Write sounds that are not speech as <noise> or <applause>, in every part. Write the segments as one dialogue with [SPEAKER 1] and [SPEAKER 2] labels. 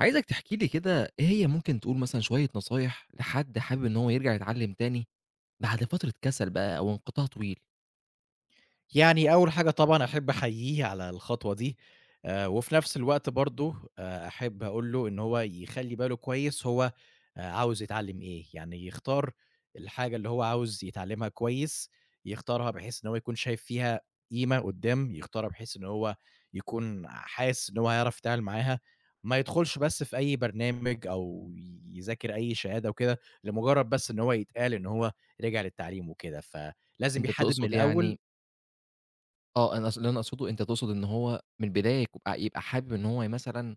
[SPEAKER 1] عايزك تحكي لي كده إيه هي ممكن تقول مثلًا شوية نصايح لحد حابب إن هو يرجع يتعلم تاني بعد فترة كسل بقى أو انقطاع طويل.
[SPEAKER 2] يعني أول حاجة طبعًا أحب أحييه على الخطوة دي. وفي نفس الوقت برضه أحب أقول له إن هو يخلّي باله كويس هو عاوز يتعلّم إيه، يعني يختار الحاجة اللي هو عاوز يتعلّمها كويس، يختارها بحيث إن هو يكون شايف فيها قيمة قدّام، يختارها بحيث إن هو يكون حاسس إن هو هيعرف يتعامل معاها، ما يدخلش بس في أي برنامج أو يذاكر أي شهادة وكده، لمجرد بس إن هو يتقال إن هو رجع للتعليم وكده، فلازم
[SPEAKER 1] أنت
[SPEAKER 2] يحدد من
[SPEAKER 1] تقصد
[SPEAKER 2] الأول
[SPEAKER 1] يعني، آه، أنا أص اللي أنا أقصده أنت تقصد إن هو من البداية يبقى حابب إن هو مثلًا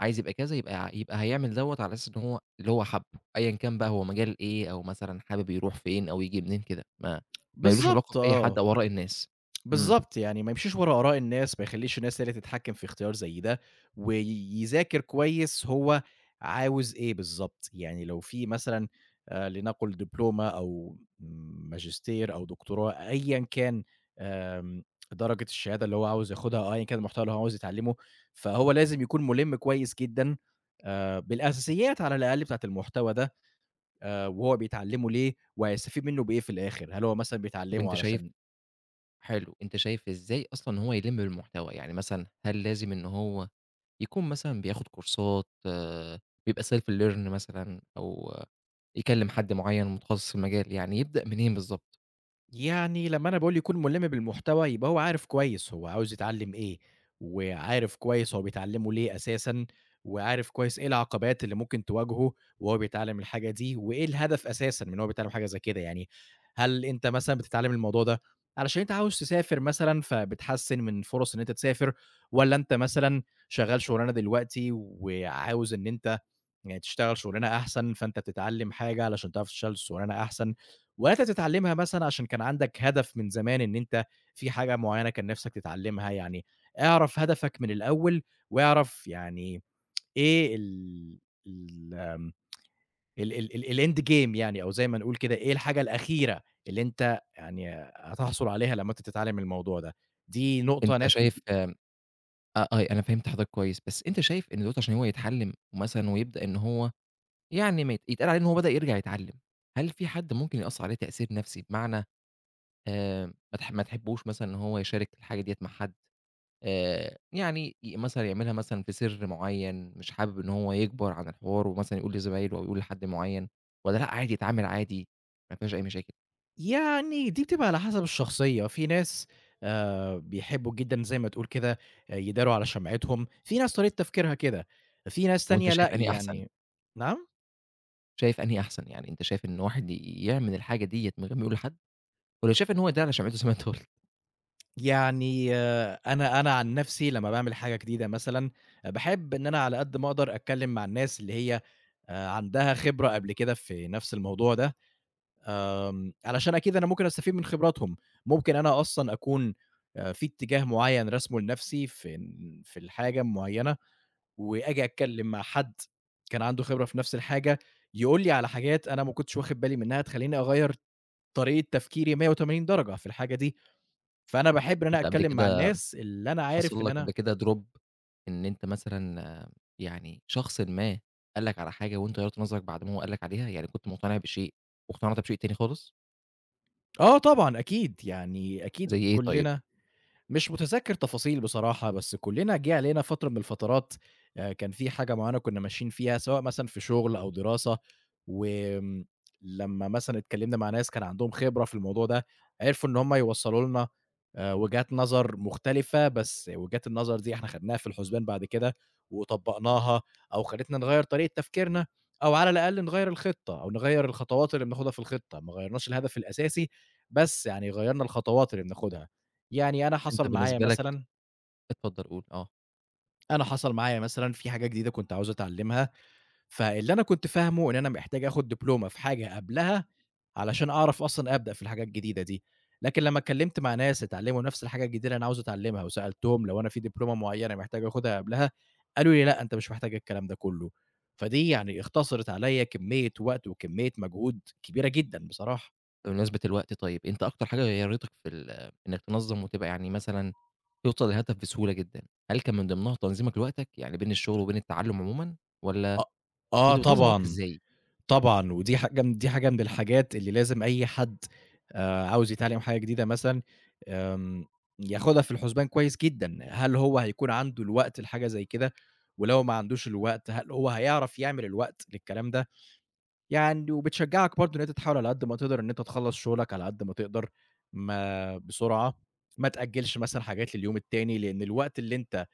[SPEAKER 1] عايز يبقى كذا، يبقى هيعمل دوّة على أساس إن هو اللي هو حابه، أيًا كان بقى هو مجال إيه أو مثلًا حابب يروح فين أو ييجي منين كده، ما لوش علاقة
[SPEAKER 2] بالضبط.
[SPEAKER 1] بأي حد
[SPEAKER 2] آه،
[SPEAKER 1] أو آراء الناس. إمم.
[SPEAKER 2] بالضبط، يعني ما يمشيش ورا آراء الناس، ما يخلّيش الناس هي اللي تتحكّم في اختيار زي ده، ويذاكر كويس هو عاوز إيه بالضبط، يعني لو في مثلًا لنقل دبلومة أو ماجستير أو دكتوراه أيًا كان. آمم درجة الشهادة اللي هو عاوز ياخدها أو أيًا كان المحتوى اللي هو عاوز يتعلّمه، فهو لازم يكون مُلِم كويس جدًا بالأساسيات على الأقل بتاعة المحتوى ده. وهو بيتعلّمه ليه وهيستفيد منه بإيه في الآخر، هل هو مثلًا
[SPEAKER 1] طب
[SPEAKER 2] بيتعلّمه
[SPEAKER 1] أنت شايف
[SPEAKER 2] علشان
[SPEAKER 1] حلو، أنت شايف إزاي أصلًا إن هو يلم بالمحتوى؟ يعني مثلًا هل لازم إن هو يكون مثلًا بياخد كورسات، بيبقى self learn مثلًا أو آه، يكلم حد معين متخصص في المجال، يعني يبدأ منين بالضبط؟
[SPEAKER 2] يعني لمّا أنا باقول يكون مُلِم بالمحتوى، يبقى هو عارف كويس هو عاوز يتعلّم إيه، وعارف كويس هو بيتعلّمه ليه أساسًا، وعارف كويس إيه العقبات اللي ممكن تواجهه وهو بيتعلّم الحاجة دي، وإيه الهدف أساسًا من إن هو بيتعلّم حاجة زي كده، يعني هل أنت مثلًا بتتعلّم الموضوع ده علشان أنت عاوز تسافر مثلًا، فبتحسّن من فرص إن أنت تسافر، والّا أنت مثلًا شغّال شغلانة دلوقتي وعاوز إن أنت يعني تشتغل شغلانة أحسن، فأنت بتتعلّم حاجة علشان تعرف تشتغل شغلانة أحسن، والّا أنت بتتعلّمها مثلًا عشان كان عندك هدف من زمان إن أنت في حاجة معيّنة كان نِفْسك تتعلّمها، يعني اعرف هدفك من الأول واعرف يعني إيه ال ال آمم ال ال ال الend game يعني أو زي ما نقول كده إيه الحاجة الأخيرة اللي أنت يعني هتحصل عليها لمّا أنت تتعلّم الموضوع ده. دي نقطة
[SPEAKER 1] أنت
[SPEAKER 2] ناس كت
[SPEAKER 1] شايف آه، آه، أنا فهمت حضرتك كويس، بس أنت شايف إن دلوقتي عشان هو يتعلم مثلًا ويبدأ إن هو يعني ما يت يتقال عليه إن هو بدأ يرجع يتعلم، هل في حد ممكن يأثر عليه تأثير نفسي؟ بمعنى، آآ، ما تحبوش مثلًا إن هو يشارك الحاجة ديّة مع حد. يعني مثلًا يعملها مثلًا في سر معيّن، مش حابب إن هو يكبر عن الحوار ومثلًا يقول لزمايله أو يقول لحد معيّن، والّا لأ عادي يتعامل عادي ما فيهاش أي مشاكل؟
[SPEAKER 2] يعني دي بتبقى على حسب الشخصية، في ناس بيحبّوا جدًا زي ما تقول كده، آه، يداروا على شمعتهم، في ناس طريقة تفكيرها كده، في ناس
[SPEAKER 1] وأنت
[SPEAKER 2] تانية لأ
[SPEAKER 1] شايف أنهي أحسن،
[SPEAKER 2] يعني. نعم؟
[SPEAKER 1] شايف أنهي أحسن؟ يعني أنت شايف إن واحد يعمل الحاجة ديّة من غير ما يقول لحد، والّا شايف إن هو يداري على شمعته زي ما أنت قُلت؟
[SPEAKER 2] يعني آه، أنا عن نَفْسي لمّا باعمل حاجة جديدة مثلًا، باحب إن أنا على قد ما أقدر أتكلّم مع الناس اللي هي عندها خبرة قبل كده في نَفْس الموضوع ده. علشان أكيد أنا ممكن أستفيد من خبراتهم، ممكن أنا أصلًا أكون في اتجاه معيّن راسمه لنَفْسي في الحاجة معيّنة وآجي أتكلّم مع حد كان عنده خبرة في نفس الحاجة، يقول لي على حاجات أنا ما كنتش واخد بالي منها تخلّيني أغيّر طريقة تفكيري 180 درجة في الحاجة دي، فأنا باحب إن أنا
[SPEAKER 1] أنت قبل
[SPEAKER 2] أتكلّم مع
[SPEAKER 1] كده
[SPEAKER 2] الناس اللي أنا عارف
[SPEAKER 1] حصل
[SPEAKER 2] إن
[SPEAKER 1] لك
[SPEAKER 2] أنا.
[SPEAKER 1] قبل كده drop إن أنت مثلًا، آه، يعني شخصٍ ما قال لك على حاجة وأنت غيّرت نظرك بعد ما هو قال لك عليها، يعني كنت مقتنع بشيء واقتنعت بشيء تاني خالص.
[SPEAKER 2] آه طبعًا أكيد، يعني أكيد
[SPEAKER 1] زي إيه طيب؟
[SPEAKER 2] كُلّنا. مش متذكّر تفاصيل بصراحة، بس كُلّنا جِه علينا فترة من الفترات، كان في حاجة معيّنة كُنّا ماشيين فيها، سواء مثلًا في شُغل أو دراسة. وآمم لمّا مثلًا اتكلّمنا مع ناس كان عندهم خبرة في الموضوع ده، عرفوا إن هم يوصّلوا لنا وجهات نظر مختلفة، بس وجهات النظر دي إحنا خدناها في الحُسبان بعد كده وطبّقناها أو خلّتنا نغيّر طريقة تفكيرنا أو على الأقل نغيّر الخطة أو نغيّر الخطوات اللي بناخدها في الخطة، ما غيّرناش الهدف الأساسي، بس يعني غيّرنا الخطوات اللي بناخدها. يعني أنا
[SPEAKER 1] أنت
[SPEAKER 2] حصل معايا
[SPEAKER 1] بالنسبة لك
[SPEAKER 2] مثلًا
[SPEAKER 1] اتفضل قُل، آه.
[SPEAKER 2] أنا حصل معايا مثلًا في حاجة جديدة كنت عاوز أتعلمها، فاللي أنا كنت فاهمه إن أنا محتاج آخد دبلومة في حاجة قبلها، علشان أعرف أصلًا أبدأ في الحاجة الجديدة دي. لكن لمّا اتكلمت مع ناس اتعلموا نفس الحاجة الجديدة اللي أنا عاوز أتعلمها، وسألتهم لو أنا في دبلومة معينة محتاج آخدها قبلها، قالوا لي: "لأ، أنت مش محتاج الكلام ده كله." فدي يعني اختصرت عليَّ كمية وقت وكمية مجهود كبيرة جدًا بصراحة.
[SPEAKER 1] بمناسبة الوقت طيب، أنت أكتر حاجة غيّرتك في ال، إنك تنظّم وتبقى يعني مثلًا توصل للهدف بسهولة جدًا، هل كان من ضمنها تنظيمك لوقتك، يعني بين الشغل وبين التعلُّم عمومًا، والّا
[SPEAKER 2] أ آه
[SPEAKER 1] كنت بتنظّم وقتك
[SPEAKER 2] طبعًا.
[SPEAKER 1] إزاي؟
[SPEAKER 2] طبعًا، ودي حاجة م دي حاجة من الحاجات اللي لازم أي حد عاوز يتعلّم حاجة جديدة مثلًا، آمم ياخدها في الحسبان كويس جدًا، هل هو هيكون عنده الوقت لحاجة زي كده؟ ولو ما عندوش الوقت، هل هو هيعرف يعمل الوقت للكلام ده؟ يعني وبتشجّعك برضه إن أنت تحاول على قد ما تقدر إن أنت تخلّص شغلك على قد ما تقدر، ما بسرعة، ما تأجّلش مثلًا حاجات لليوم التاني، لإن الوقت اللي أنت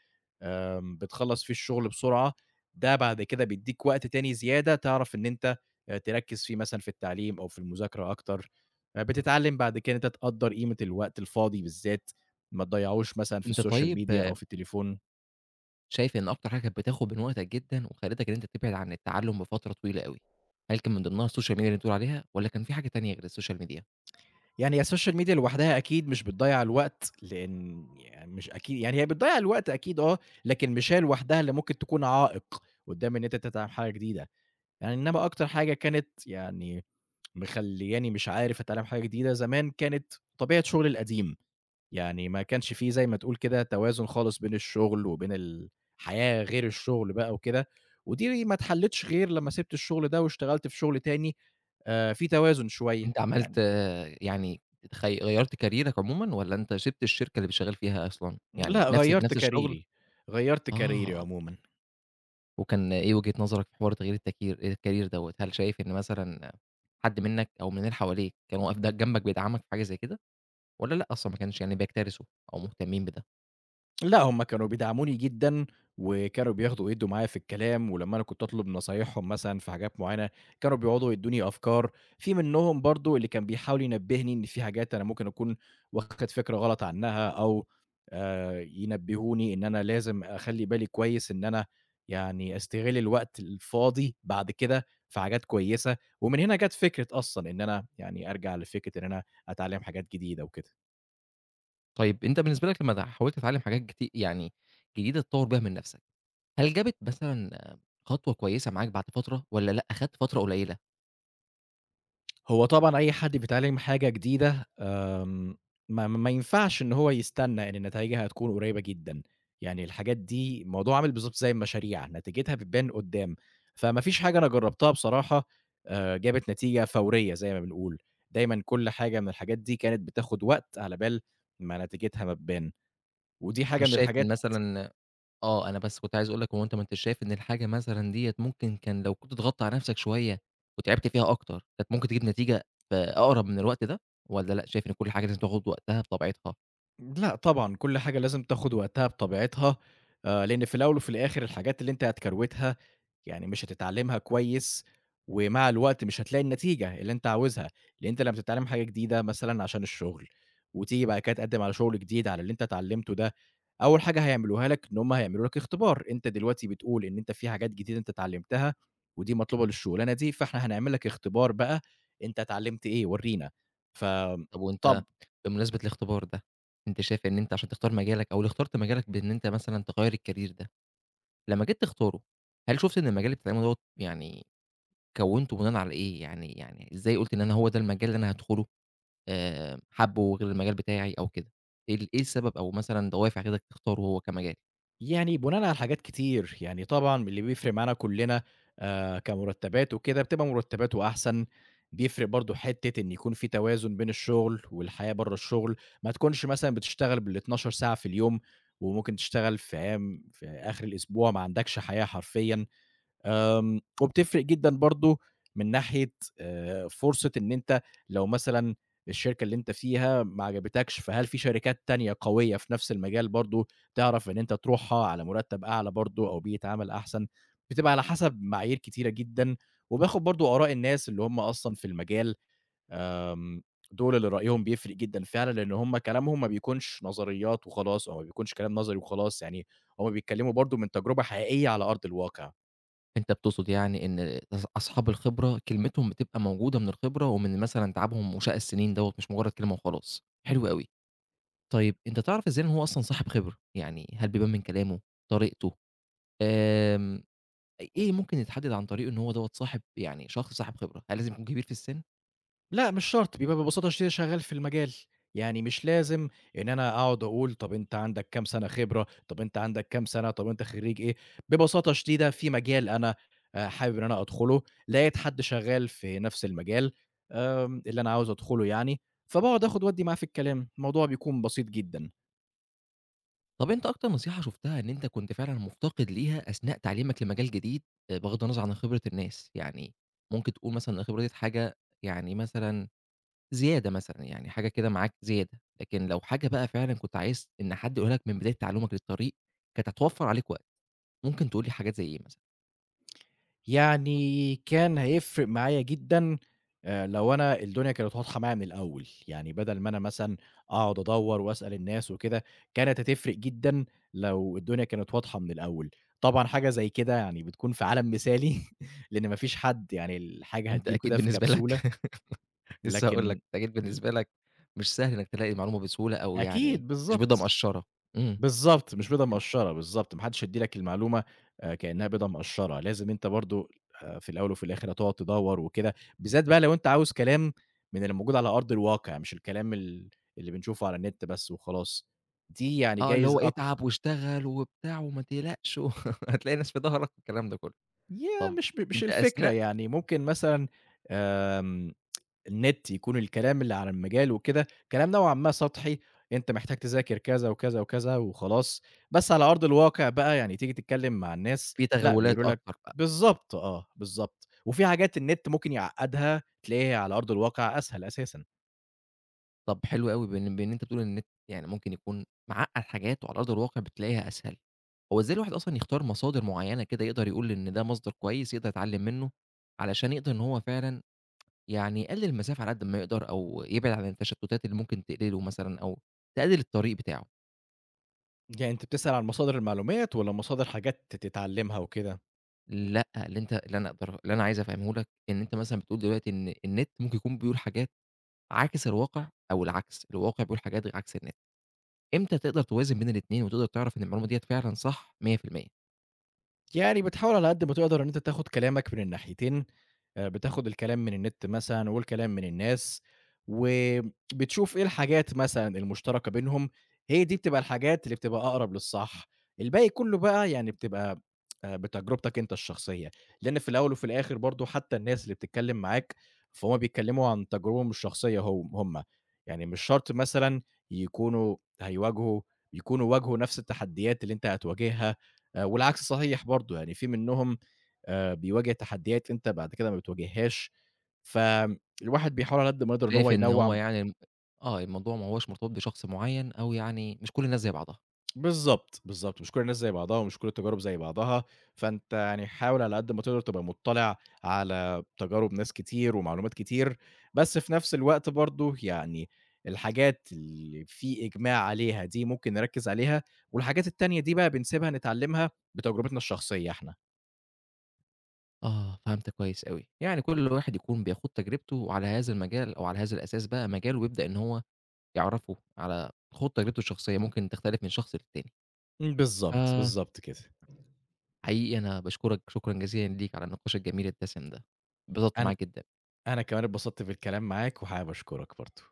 [SPEAKER 2] بتخلّص فيه الشغل بسرعة، ده بعد كده بيدّيك وقت تاني زيادة تعرف إن أنت تركّز فيه مثلًا في التعليم أو في المذاكرة أكتر. بتتعلّم بعد كده إن أنت تقدّر قيمة الوقت الفاضي بالذات، ما تضيّعوش مثلًا في
[SPEAKER 1] أنت
[SPEAKER 2] الSocial
[SPEAKER 1] طيب
[SPEAKER 2] Media أو
[SPEAKER 1] آه،
[SPEAKER 2] في التليفون.
[SPEAKER 1] شايف إن أكتر حاجة كانت بتاخد من وقتك جدًا وخلّتك إن أنت تبعد عن التعلُّم بفترة طويلة أوي، هل كان من ضمنها السوشيال ميديا اللي بتقول عليها، والّا كان في حاجة تانية غير السوشيال ميديا؟
[SPEAKER 2] يعني هي الSocial Media لوحدها أكيد مش بتضيّع الوقت، لإن يعني مش أكيد، يعني هي بتضيّع الوقت أكيد آه، لكن مش هي لوحدها اللي ممكن تكون عائق قدّام إن أنت تتعلم حاجة جديدة، يعني إنما أكتر حاجة كانت يعني مخلّياني مش عارف أتعلّم حاجة جديدة، زمان كانت طبيعة شغلي القديم، يعني ما كانش في زي ما تقول كده توازن خالص بين الشغل وبين الحياة غير الشغل بقى وكده، ودي ما اتحلّتش غير لمّا سِبت الشغل ده واشتغلت في شغل تاني فيه توازن شوية،
[SPEAKER 1] أنت عملت
[SPEAKER 2] يعني.
[SPEAKER 1] آه، يعني غيّرت كاريرك عمومًا، والّا أنت سِبت الشركة اللي شغّال فيها أصلًا؟ يعني
[SPEAKER 2] لأ غيّرت
[SPEAKER 1] نفس الشغل؟
[SPEAKER 2] كاريري، غيّرت كاريري
[SPEAKER 1] آه.
[SPEAKER 2] عمومًا.
[SPEAKER 1] وكان إيه وجهة نظرك في حوار تغيير الكارير دوّة؟ هل شايف إن مثلًا حد منك أو من اللي حواليك كان واقف ده جنبك بيدعمك في حاجة زي كده، والّا لأ أصلًا ما كانش يعني بيكترثوا أو مهتمين بده؟
[SPEAKER 2] لأ، هُم كانوا بيدعموني جدًا، وكانوا بياخدوا ويدّوا معايا في الكلام، ولمّا أنا كنت أطلب نصايحهم مثلًا في حاجات معيّنة، كانوا بيقعدوا يدّوني أفكار، في منهم برضه اللي كان بيحاول ينبّهني إن في حاجات أنا ممكن أكون واخد فكرة غلط عنها، أو ينبّهوني إن أنا لازم أخلّي بالي كويس إن أنا يعني أستغل الوقت الفاضي بعد كده في حاجات كويسة، ومن هنا جات فكرة أصلًا إن أنا يعني أرجع لفكرة إن أنا أتعلّم حاجات جديدة وكده.
[SPEAKER 1] طيب أنت بالنسبة لك لمّا حاولت تتعلم حاجات يعني جديدة تطوّر بيها من نفسك، هل جابت مثلًا خطوة كويسة معاك بعد فترة والّا لأ، أخدت فترة قليلة؟
[SPEAKER 2] هو طبعًا أي حد بيتعلّم حاجة جديدة، آمم، ما ما ينفعش إن هو يستنى، يعني نتايجها هتكون قريبة جدًا، يعني الحاجات دي الموضوع عامل بالضبط زي المشاريع، نتيجتها بتبان قدّام، فما فيش حاجة أنا جربتها بصراحة جابت نتيجة فورية زي ما بنقول، دايمًا كل حاجة من الحاجات دي كانت بتاخد وقت على بال ما نتيجتها ما تبان، ودي حاجة
[SPEAKER 1] مش
[SPEAKER 2] من
[SPEAKER 1] شايف إن
[SPEAKER 2] الحاجات.
[SPEAKER 1] مثلًا آه، أنا بس كنت عايز أقول لك، هو أنت ما أنتش شايف إن الحاجة مثلًا ديّة ممكن كان لو كنت ضغطت على نَفْسك شوية وتعبت فيها أكتر، كانت ممكن تجيب نتيجة في أقرب من الوقت ده، والّا لأ، شايف إن كل حاجة لازم تاخد وقتها بطبيعتها؟
[SPEAKER 2] لأ طبعًا، كل حاجة لازم تاخد وقتها بطبيعتها. لإن في الأول وفي الآخر الحاجات اللي أنت هتكروتها يعني مش هتتعلمها كويس، ومع الوقت مش هتلاقي النتيجة اللي أنت عاوزها، لإن أنت لمّا بتتعلم حاجة جديدة مثلًا عشان الشغل، وتيجي بعد كده تقدم على شغل جديد على اللي أنت اتعلمته ده، أول حاجة هيعملوها لك إن هم هيعملوا لك اختبار، أنت دلوقتي بتقول إن أنت في حاجات جديدة أنت اتعلمتها، ودي مطلوبة للشغلانة دي، فإحنا هنعمل لك اختبار بقى، أنت اتعلمت إيه ورينا. ف
[SPEAKER 1] طب وأنت
[SPEAKER 2] طب
[SPEAKER 1] بمناسبة الاختبار ده، أنت شايف إن أنت عشان تختار مجالك أو اللي اخترت مجالك بإن أنت مثلًا تغيّر الcareer ده، لمّا جيت تختاره، هل شُفت إن المجال اللي بتتعلمه دوّة يعني كوّنته بناءً على إيه؟ يعني إزاي قُلت إن أنا هو ده المجال اللي أنا هادخله؟ حَبّه غير المجال بتاعي أو كده، إيه السبب أو مثلًا دوافع كده تختاره هو كمجال؟
[SPEAKER 2] يعني بناءً على حاجات كتير، يعني طبعًا اللي بيفرق معانا كلّنا كمرتبات وكده بتبقى مرتباته أحسن، بيفرق برضه حتّة إن يكون في توازن بين الشغل والحياة برّه الشغل، ما تكونش مثلًا بتشتغل بال12 ساعة في اليوم، وممكن تشتغل في أيام في آخر الأسبوع ما عندكش حياة حرفيًا. آمم، وبتفرق جدًا برضه من ناحية فرصة إن أنت لو مثلًا الشركة اللي أنت فيها ما عجبتكش، فهل في شركات تانية قوية في نفس المجال برضه تعرف إن أنت تروحها على مرتب أعلى برضه أو بيئة عمل أحسن، بتبقى على حسب معايير كتيرة جدًا، وباخد برضه آراء الناس اللي هم أصلًا في المجال، آمم، دول اللي رأيهم بيفرق جدًا فعلًا، لأن هم كلامهم ما بيكونش نظريات وخلاص، أو ما بيكونش كلام نظري وخلاص، يعني هم بيتكلموا برضه من تجربة حقيقية على أرض الواقع.
[SPEAKER 1] أنت بتقصد يعني إن أصحاب الخبرة كلمتهم بتبقى موجودة من الخبرة ومن مثلًا تعبهم وشقى السنين دوّة مش مجرّد كلمة وخلاص، حلو أوي. طيب أنت تعرف إزاي إن هو أصلًا صاحب خبرة؟ يعني هل بيبان من كلامه، طريقته، آمم، إيه ممكن يتحدد عن طريقه إن هو دوّة صاحب يعني شخص صاحب خبرة؟ هل لازم يكون كبير في السن؟
[SPEAKER 2] لأ مش شرط، بيبقى ببساطة شغال في المجال، يعني مش لازم إن أنا أقعد أقول طب أنت عندك كام سنة خبرة، طب أنت عندك كام سنة، طب أنت خريج إيه، ببساطة شديدة في مجال أنا حابب إن أنا أدخله، لقيت حد شغال في نفس المجال، آمم، اللي أنا عاوز أدخله يعني، فباقعد آخد وأدّي معاه في الكلام، الموضوع بيكون بسيط جدًا.
[SPEAKER 1] طب أنت أكتر نصيحة شُفتها إن أنت كنت فعلًا مُفتقد ليها أثناء تعليمك لمجال جديد، بغض النظر عن خبرة الناس، يعني ممكن تقول مثلًا ان الخبرة ديّة حاجة يعني مثلًا زيادة مثلًا، يعني حاجة كده معاك زيادة، لكن لو حاجة بقى فعلًا كنت عايز إن حد يقولها لك من بداية تعلُّمك للطريق، كانت هتوفّر عليك وقت، ممكن تقول لي حاجات زي إيه مثلًا؟
[SPEAKER 2] يعني كان هيفرق معايا جدًا لو أنا الدنيا كانت واضحة معايا من الأول، يعني بدل ما أنا مثلًا أقعد أدوّر وأسأل الناس وكده، كانت هتفرق جدًا لو الدنيا كانت واضحة من الأول. طبعًا حاجة زي كده يعني بتكون في عالم مثالي <laughs> لإن ما فيش حد يعني الحاجة
[SPEAKER 1] أنت
[SPEAKER 2] هتيجي له
[SPEAKER 1] أكيد
[SPEAKER 2] كده في
[SPEAKER 1] بالنسبة لك
[SPEAKER 2] كبسولة،
[SPEAKER 1] <laughs> لسه هاقول لك،
[SPEAKER 2] لكن
[SPEAKER 1] أنت أكيد
[SPEAKER 2] ل
[SPEAKER 1] بالنسبة لك مش سهل إنك تلاقي المعلومة بسهولة أو يعني
[SPEAKER 2] أكيد،
[SPEAKER 1] مش بيضة
[SPEAKER 2] بالضبط.
[SPEAKER 1] مقشّرة. إمم.
[SPEAKER 2] بالضبط، مش بيضة مقشّرة، بالضبط، ما حدّش هيدّي لك المعلومة كإنّها بيضة مقشّرة، لازم أنت برضه في الأول وفي الآخِر هتقعد تدوّر وكده، بالذات بقى لو أنت عاوز كلام من اللي موجود على أرض الواقع، مش الكلام اللي بنشوفه على النت بس وخلاص، دي يعني
[SPEAKER 1] آه، اللي
[SPEAKER 2] جايز
[SPEAKER 1] هو اتعب واشتغل وبتاع وما تقلقش و <laughs> هتلاقي ناس في ضهرك والكلام ده كله.
[SPEAKER 2] ياه!
[SPEAKER 1] طب
[SPEAKER 2] مش
[SPEAKER 1] أنت
[SPEAKER 2] الفكرة
[SPEAKER 1] أثناء
[SPEAKER 2] يعني، ممكن مثلًا آمم النت يكون الكلام اللي على المجال وكده كلام نوعًا ما سطحي، أنت محتاج تذاكر كذا، وكذا، وكذا وخلاص، بس على أرض الواقع بقى يعني تيجي تتكلم مع الناس،
[SPEAKER 1] في
[SPEAKER 2] لأ
[SPEAKER 1] تغولات
[SPEAKER 2] بيقولوا لك
[SPEAKER 1] أكتر بقى.
[SPEAKER 2] بالضبط آه، بالضبط، وفي حاجات النت ممكن يعقّدها تلاقيها على أرض الواقع أسهل أساسًا.
[SPEAKER 1] طب حلو أوي بإن أنت بتقول إن النت يعني ممكن يكون معقّد حاجات وعلى أرض الواقع بتلاقيها أسهل. هو إزاي الواحد أصلًا يختار مصادر معيّنة كده يقدر يقول إن ده مصدر كويس يقدر يتعلم منه، علشان يقدر إن هو فعلًا يعني يقلل المسافة على قد ما يقدر أو يبعد عن التشتتات اللي ممكن تقلقه مثلًا أو تقلل الطريق بتاعه؟
[SPEAKER 2] يعني أنت بتسأل عن مصادر المعلومات والّا مصادر حاجات تتعلمها وكده؟
[SPEAKER 1] لأ، اللي أنت اللي أنا أقدر اللي أنا عايز أفهمه لك إن أنت مثلًا بتقول دلوقتي إن النت ممكن يكون بيقول حاجات عاكس الواقع أو العكس، الواقع بيقول حاجات عكس النت، إمتى تقدر توازن بين الاتنين وتقدر تعرف إن المعلومة ديّة فعلًا صح 100%؟
[SPEAKER 2] يعني بتحاول على قد ما تقدر إن أنت تاخد كلامك من الناحيتين، بتاخد الكلام من النت مثلًا والكلام من الناس، وبتشوف إيه الحاجات مثلًا المشتركة بينهم، هي دي بتبقى الحاجات اللي بتبقى أقرب للصح، الباقي كُلّه بقى يعني بتبقى بتجربتك أنت الشخصية، لإن في الأول وفي الآخر برضه حتى الناس اللي بتتكلم معاك، فهُم بيتكلموا عن تجاربهم الشخصية هُم، يعني مش شرط مثلًا يكونوا هيواجهوا يكونوا واجهوا نفس التحديات اللي أنت هتواجهها. والعكس صحيح برضه، يعني في منّهم بيواجه تحديات أنت بعد كده ما بتواجههاش، فالواحد بيحاول على قد ما يقدر إن هو
[SPEAKER 1] شايف إن هو
[SPEAKER 2] ينوّع.
[SPEAKER 1] يعني الم آه، الموضوع ما هوّاش مرتبط بشخص معيّن أو يعني مش كل الناس زي بعضها.
[SPEAKER 2] بالضبط، بالضبط، مش كل الناس زي بعضها ومش كل التجارب زي بعضها، فأنت يعني حاول على قد ما تقدر تبقى مُطّلع على تجارب ناس كتير ومعلومات كتير، بس في نفس الوقت برضه يعني الحاجات اللي في إجماع عليها دي ممكن نركّز عليها، والحاجات التانية دي بقى بنسيبها نتعلّمها بتجربتنا الشخصية إحنا.
[SPEAKER 1] آه، فهمتك كويس أوي. يعني كل واحد يكون بيخوض تجربته وعلى هذا المجال أو على هذا الأساس بقى مجاله ويبدأ إن هو يعرفه على خُوض تجربته الشخصية، ممكن تختلف من شخص للتاني.
[SPEAKER 2] بالضبط،
[SPEAKER 1] آه.
[SPEAKER 2] بالضبط كده.
[SPEAKER 1] حقيقي أنا باشكرك شكرًا جزيلًا ليك على النقاش الجميل الدسم ده، اتبسطت
[SPEAKER 2] أن
[SPEAKER 1] معاك جدًا.
[SPEAKER 2] أنا كمان اتبسطت بالكلام معاك وحابب أشكرك برضه.